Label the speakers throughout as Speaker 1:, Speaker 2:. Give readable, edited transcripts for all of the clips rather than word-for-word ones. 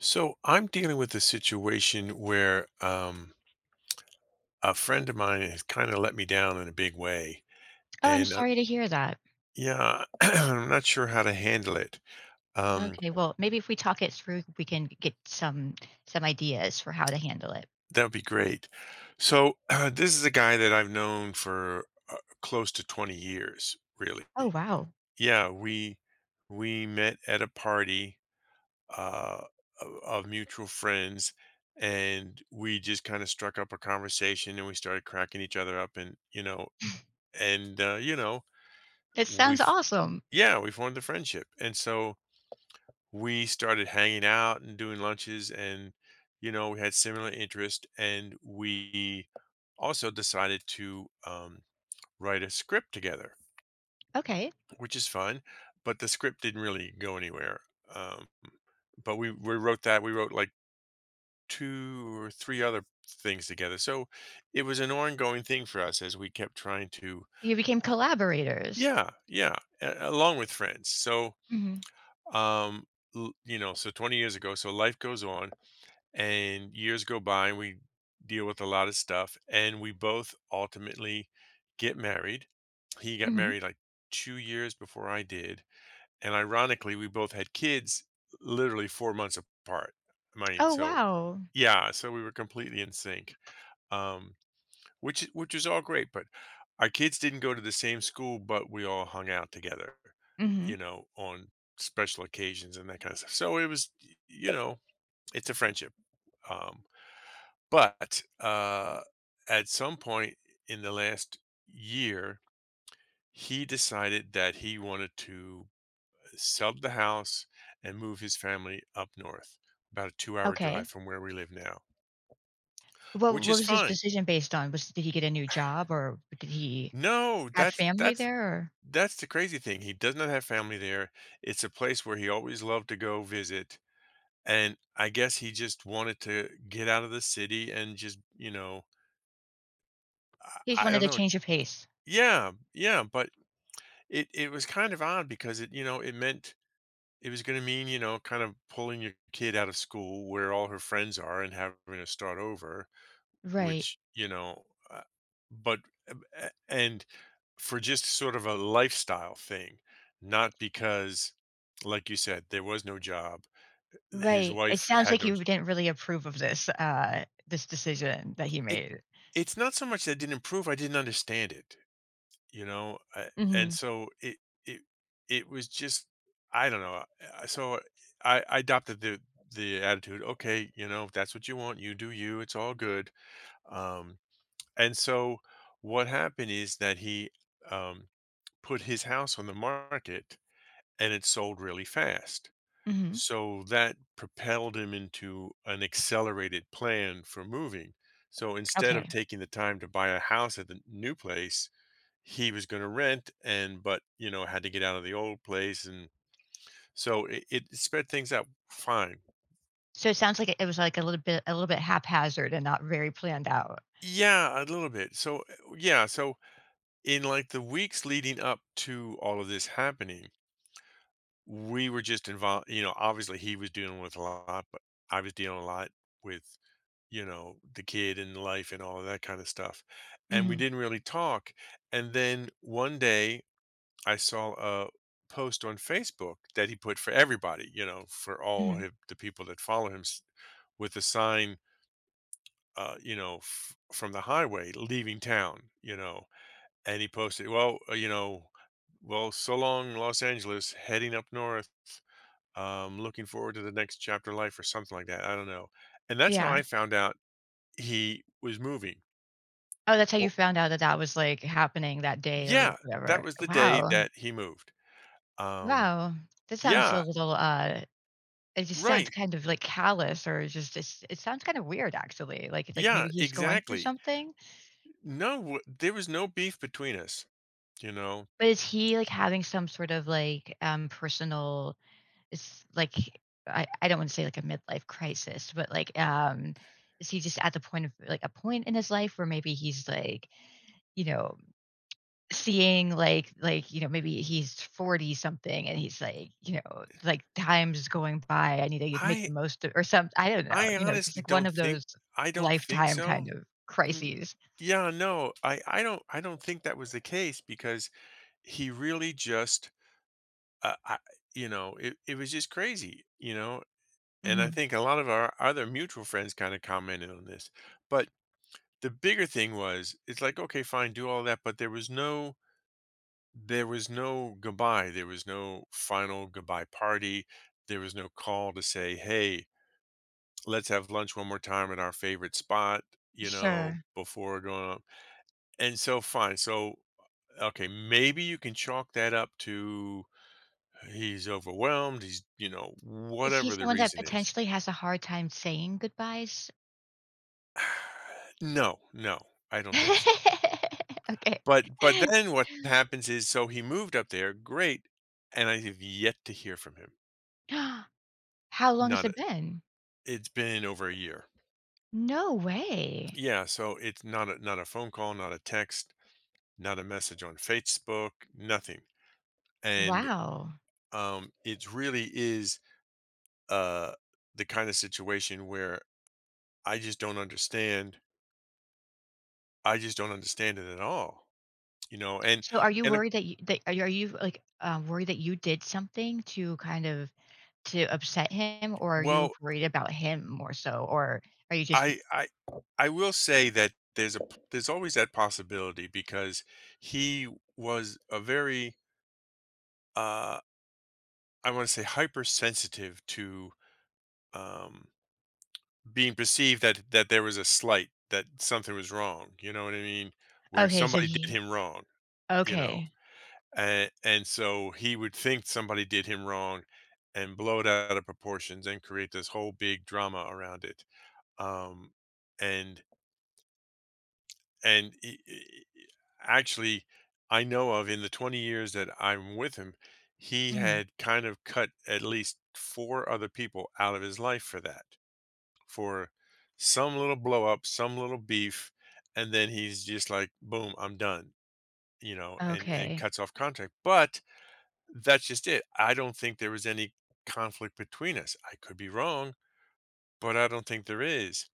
Speaker 1: So, I'm dealing with a situation where a friend of mine has kind of let me down in a big way,
Speaker 2: Oh, I'm
Speaker 1: and
Speaker 2: sorry to hear that.
Speaker 1: yeah, I'm not sure how to handle it. Um,
Speaker 2: Okay, well, maybe if we talk it through, we can get some ideas for how to handle it.
Speaker 1: that would be great. So this is a guy that I've known for close to 20 years, really.
Speaker 2: Oh, wow.
Speaker 1: Yeah, we met at a party uh, of mutual friends, and we just kind of struck up a conversation, and we started cracking each other up, and
Speaker 2: It sounds
Speaker 1: we've
Speaker 2: awesome.
Speaker 1: yeah, we formed a friendship, and so we started hanging out and doing lunches, and you know, we had similar interest, and we also decided to write a script together,
Speaker 2: Okay.
Speaker 1: which is fun, but the script didn't really go anywhere. um, but we wrote like two or three other things together, so it was an ongoing thing for us as we kept trying to.
Speaker 2: You became
Speaker 1: uh,
Speaker 2: collaborators.
Speaker 1: yeah, yeah, along with friends. So
Speaker 2: Mhm.
Speaker 1: um you know, so 20 years ago, so life goes on and years go by, and we deal with a lot of stuff, and we both ultimately get married. He got
Speaker 2: Mhm.
Speaker 1: married like 2 years before I did, and ironically, we both had kids literally 4 months apart. I mean,
Speaker 2: Oh,
Speaker 1: so
Speaker 2: wow.
Speaker 1: yeah, so we were completely in sync. um which is all great, but our kids didn't go to the same school, but we all hung out together,
Speaker 2: Mhm.
Speaker 1: you know, on special occasions and that kind of stuff. So it was y you know, it's a friendship, um, but, at some point in the last year, he decided that he wanted to sub the house and move his family up north, about a two-hour drive
Speaker 2: Okay.
Speaker 1: from where we live now,
Speaker 2: What
Speaker 1: which is
Speaker 2: was his
Speaker 1: fine.
Speaker 2: decision based on? Was did he get a new job, or did he
Speaker 1: No,
Speaker 2: have
Speaker 1: that's
Speaker 2: family
Speaker 1: that's
Speaker 2: there, or
Speaker 1: that's the crazy thing, he does not have family there, it's a place where he always loved to go visit, and I guess he just wanted to get out of the city and just, you know,
Speaker 2: he just
Speaker 1: I
Speaker 2: wanted
Speaker 1: don't
Speaker 2: a
Speaker 1: know.
Speaker 2: change of pace?
Speaker 1: Yeah, yeah, but it was kind of odd, because it, you know, it meant it was gonna mean, you know, kind of pulling your kid out of school where all her friends are and having to start over.
Speaker 2: Right.
Speaker 1: Which, you know, uh, but and for just sort of a lifestyle thing, not because, like you said, there was no job. His
Speaker 2: Right. It
Speaker 1: wife
Speaker 2: sounds
Speaker 1: had
Speaker 2: like
Speaker 1: no.
Speaker 2: you didn't really approve of this decision that he
Speaker 1: It,
Speaker 2: made.
Speaker 1: it's not so much that it didn't improve. I didn't understand it, you know, and
Speaker 2: Mhm.
Speaker 1: so it it was just, I don't know. So I adopted the attitude. Okay, you know, if that's what you want. You do you. It's all good. Um, And so what happened is that he, um, put his house on the market, and it sold really fast.
Speaker 2: Mhm.
Speaker 1: So that propelled him into an accelerated plan for moving. So instead of
Speaker 2: Okay.
Speaker 1: taking the time to buy a house at the new place, he was going to rent, and but you know, had to get out of the old place, and so it sped things up fine.
Speaker 2: So it sounds like it was, like, a little bit haphazard and not very planned out.
Speaker 1: Yeah, a little bit. So yeah, so in like the weeks leading up to all of this happening, we were just involved, you know, obviously he was dealing with a lot, but I was dealing a lot with, you know, the kid and life and all of that kind of stuff. And we
Speaker 2: Mhm,
Speaker 1: didn't really talk. And then one day I saw a post on Facebook that he put for everybody, you know, for all
Speaker 2: mhm,
Speaker 1: the people that follow him with a sign, you know, from the highway leaving town, you know. And he posted, well, you know, well, so long, Los Angeles, heading up north, looking forward to the next chapter of life or something like that. I don't know. And that's how
Speaker 2: yeah.
Speaker 1: I found out he was moving.
Speaker 2: Oh, that's how you
Speaker 1: Well,
Speaker 2: found out that that was, like, happening that day or
Speaker 1: yeah, that
Speaker 2: whatever.
Speaker 1: was the day
Speaker 2: Wow,
Speaker 1: that he moved. Um,
Speaker 2: wow. That sounds a
Speaker 1: yeah,
Speaker 2: little, it just sounds
Speaker 1: right.
Speaker 2: kind of, like, callous, or just it's it sounds kind of weird actually, like
Speaker 1: Yeah,
Speaker 2: maybe he's going through
Speaker 1: exactly.
Speaker 2: something?
Speaker 1: No, there was no beef between us. You know,
Speaker 2: But is he, like, having some sort of, like, personal? Is like I don't want to say like a midlife crisis, but like is he just at the point of like a point in his life where maybe he's like, you know, seeing like you know, maybe he's 40 something and he's like, you know, like time's going by, I need to make the
Speaker 1: I,
Speaker 2: most of, or some I don't know,
Speaker 1: I
Speaker 2: you know, just
Speaker 1: honestly
Speaker 2: like one
Speaker 1: don't
Speaker 2: of
Speaker 1: think,
Speaker 2: those
Speaker 1: I don't think
Speaker 2: lifetime kind
Speaker 1: so.
Speaker 2: of
Speaker 1: Mm,
Speaker 2: crises.
Speaker 1: yeah, no, I don't, I don't think that was the case because he really just, uh, I, you know, it was just crazy. You know, and I
Speaker 2: Hmm.
Speaker 1: think a lot of our other mutual friends kind of commented on this. But the bigger thing was, it's like, okay, fine, do all that, but there was no, there was no goodbye. There was no final goodbye party. There was no call to say, hey, let's have lunch one more time at our favorite spot, you know,
Speaker 2: Sure.
Speaker 1: before going up. And so fine. So okay, maybe you can chalk that up to, he's overwhelmed, he's you know,
Speaker 2: Is he
Speaker 1: whatever the
Speaker 2: someone that
Speaker 1: reason is.
Speaker 2: potentially has a hard time saying goodbyes?
Speaker 1: No, no, I don't think so.
Speaker 2: Okay.
Speaker 1: But then what happens is so he moved up there, great, and I have yet to hear from him.
Speaker 2: How long has
Speaker 1: Not a,
Speaker 2: it been?
Speaker 1: it's been over a year.
Speaker 2: No way.
Speaker 1: Yeah, so it's not a, not a phone call, not a text, not a message on Facebook, nothing. And,
Speaker 2: Wow.
Speaker 1: it really is, uh, the kinda situation where I just don't understand I just don't understand it at all, you know, and
Speaker 2: So are you
Speaker 1: and, uh
Speaker 2: worried that you that are you, like, worried that you did something to kind of to upset him, or are you
Speaker 1: well
Speaker 2: worried about him more so, or are you just
Speaker 1: I I I will say that there's there's always that possibility because he was a very uh I want to say hypersensitive to um being perceived that there was a slight, that something was wrong, you know what I mean, where
Speaker 2: okay, so
Speaker 1: somebody did
Speaker 2: he
Speaker 1: him wrong, you know.
Speaker 2: okay.
Speaker 1: And so he would think somebody did him wrong and blow it out of proportions and create this whole big drama around it. Um and and actually, I know of, in the 20 years that I'm with him, he
Speaker 2: Mhm.
Speaker 1: had kind of cut at least four other people out of his life for that, for some little blow up, some little beef, and then he's just like, boom, I'm done, you know, and
Speaker 2: Okay.
Speaker 1: cuts off contact. But that's just it. I don't think there was any conflict between us. I could be wrong, but I don't think there is.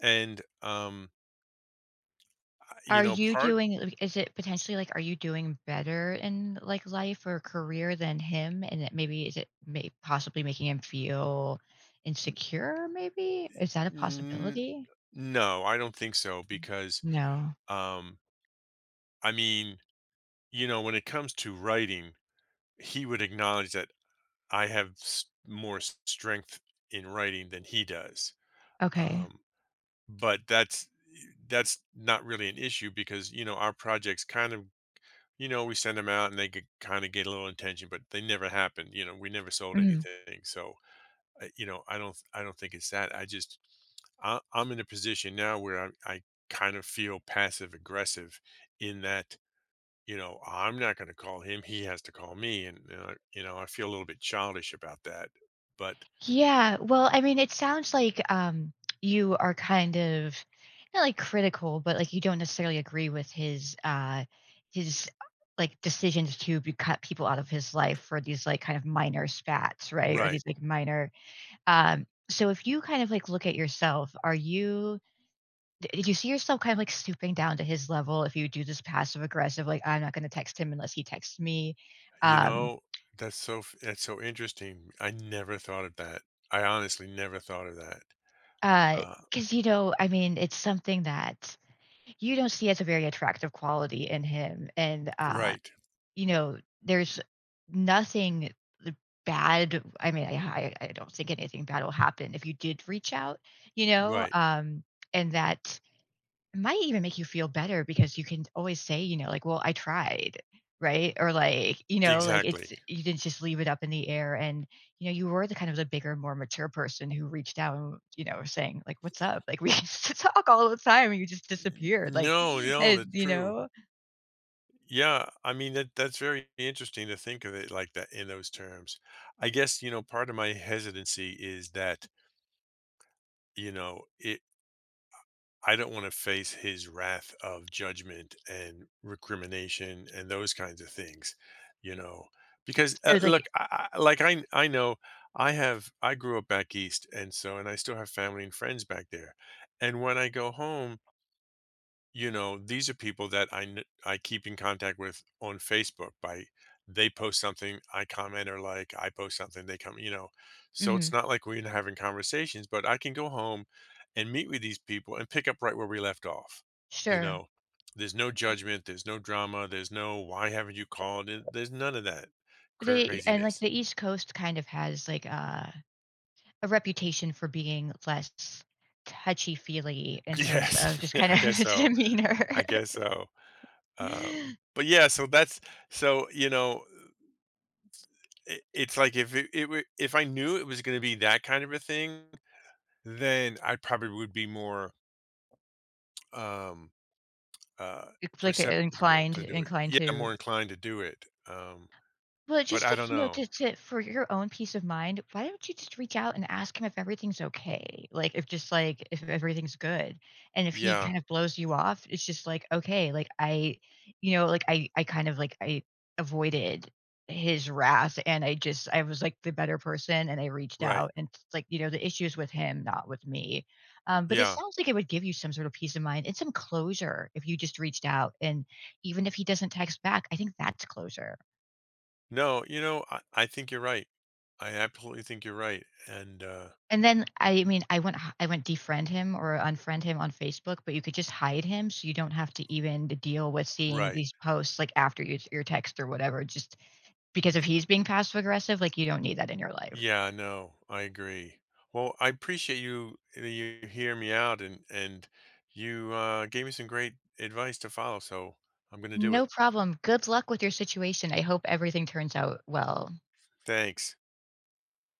Speaker 1: And you
Speaker 2: Are
Speaker 1: know,
Speaker 2: you
Speaker 1: part,
Speaker 2: doing like, is it potentially, like, are you doing better in, like, life or career than him, and that maybe is it may possibly making him feel insecure maybe? Is that a
Speaker 1: n-
Speaker 2: possibility?
Speaker 1: no, I don't think so, because
Speaker 2: No.
Speaker 1: um I mean, you know, when it comes to writing, he would acknowledge that I have more strength in writing than he does.
Speaker 2: Okay.
Speaker 1: Um, but that's not really an issue, because you know, our projects kind of, you know, we send them out and they could kind of get a little attention, but they never happened. You know, we never sold
Speaker 2: Mhm.
Speaker 1: anything, so you know, I don't think it's that. I just, I'm in a position now where I kind of feel passive aggressive, in that, you know, I'm not going to call him. He has to call me. And, you know, I feel a little bit childish about that. But,
Speaker 2: Yeah, well, I mean, it sounds like, you are kind of not, like, critical, but, like, you don't necessarily agree with his, like, decisions to be cut people out of his life for these, like, kind of minor spats, right? Or
Speaker 1: right.
Speaker 2: these, like, minor so if you kind of, like, look at yourself, are you d did you see yourself kind of, like, stooping down to his level if you do this passive aggressive, like, "I'm not gonna text him unless he texts me,"
Speaker 1: You
Speaker 2: um.
Speaker 1: know, that's so interesting. I never thought of that. I honestly never thought of that. Uh,
Speaker 2: Cause you know, I mean, it's something that you don't see as a very attractive quality in him, and,
Speaker 1: right.
Speaker 2: you know, there's nothing bad I mean, I don't think anything bad will happen if you did reach out, you know,
Speaker 1: Right.
Speaker 2: and that it might even make you feel better because you can always say, you know, like, "Well, I tried," right? Or like, you know, like it's
Speaker 1: Exactly.
Speaker 2: you didn't just leave it up in the air and, you know, you were the kind of the bigger, more mature person who reached out and, you know, saying like, "What's up?" Like, we used to talk all the time and you just disappeared. Like,
Speaker 1: No, no,
Speaker 2: and,
Speaker 1: that's
Speaker 2: you
Speaker 1: true.
Speaker 2: know?
Speaker 1: Yeah, I mean, that that's very interesting to think of it like that, in those terms. I guess, you know, part of my hesitancy is that, you know, it, I don't want to face his wrath of judgment and recrimination and those kinds of things, you know. Because
Speaker 2: So like
Speaker 1: look, I know I have, I grew up back east, and so, and I still have family and friends back there. And when I go home, you know, these are people that I keep in contact with on Facebook, by they post something, I comment or like, I post something, they come, you know. So
Speaker 2: mhm,
Speaker 1: it's not like we're having conversations, but I can go home and meet with these people and pick up right where we left off. You
Speaker 2: sure.
Speaker 1: know, there's no judgment, there's no drama, there's no why haven't you called, and there's none of that
Speaker 2: They and like
Speaker 1: craziness.
Speaker 2: the East Coast kind of has like a reputation for being less touchy-feely in terms of
Speaker 1: Yes,
Speaker 2: just
Speaker 1: yeah,
Speaker 2: kind
Speaker 1: I
Speaker 2: of
Speaker 1: guess so.
Speaker 2: demeanor.
Speaker 1: I guess so. But yeah, so that's, so you know, I it's like if it were, if I knew it was gonna be that kind of a thing, then I probably would be more, um, uh,
Speaker 2: It's like,
Speaker 1: receptible
Speaker 2: inclined
Speaker 1: to do it.
Speaker 2: inclined
Speaker 1: Yeah,
Speaker 2: to
Speaker 1: more inclined to do it,
Speaker 2: well,
Speaker 1: but
Speaker 2: just
Speaker 1: I
Speaker 2: like,
Speaker 1: don't
Speaker 2: you know,
Speaker 1: know.
Speaker 2: to for your own peace of mind, why don't you just reach out and ask him if everything's okay? Like, if just like if everything's good, and if he
Speaker 1: Yeah,
Speaker 2: kind of blows you off, it's just like, "Okay, like, I you know, like, I kind of like I avoided his wrath, and I just I was, like, the better person, and I reached
Speaker 1: right.
Speaker 2: out, and it's like, you know, the issue's with him, not with me." But it
Speaker 1: Yeah.
Speaker 2: sounds like it would give you some sort of peace of mind and some closure if you just reached out, and even if he doesn't text back, I think that's closure.
Speaker 1: No, you know, I think you're right. I absolutely think you're right, and,
Speaker 2: And then, I mean, I went defriend him or unfriend him on Facebook, but you could just hide him so you don't have to even deal with seeing
Speaker 1: right.
Speaker 2: these posts, like, after your text or whatever, just because if he's being passive aggressive, like, you don't need that in your life.
Speaker 1: Yeah, no, I agree. Well, I appreciate you, that you hear me out, and you, gave me some great advice to follow, so I'm gonna do it.
Speaker 2: No problem. Good luck with your situation. I hope everything turns out well.
Speaker 1: Thanks.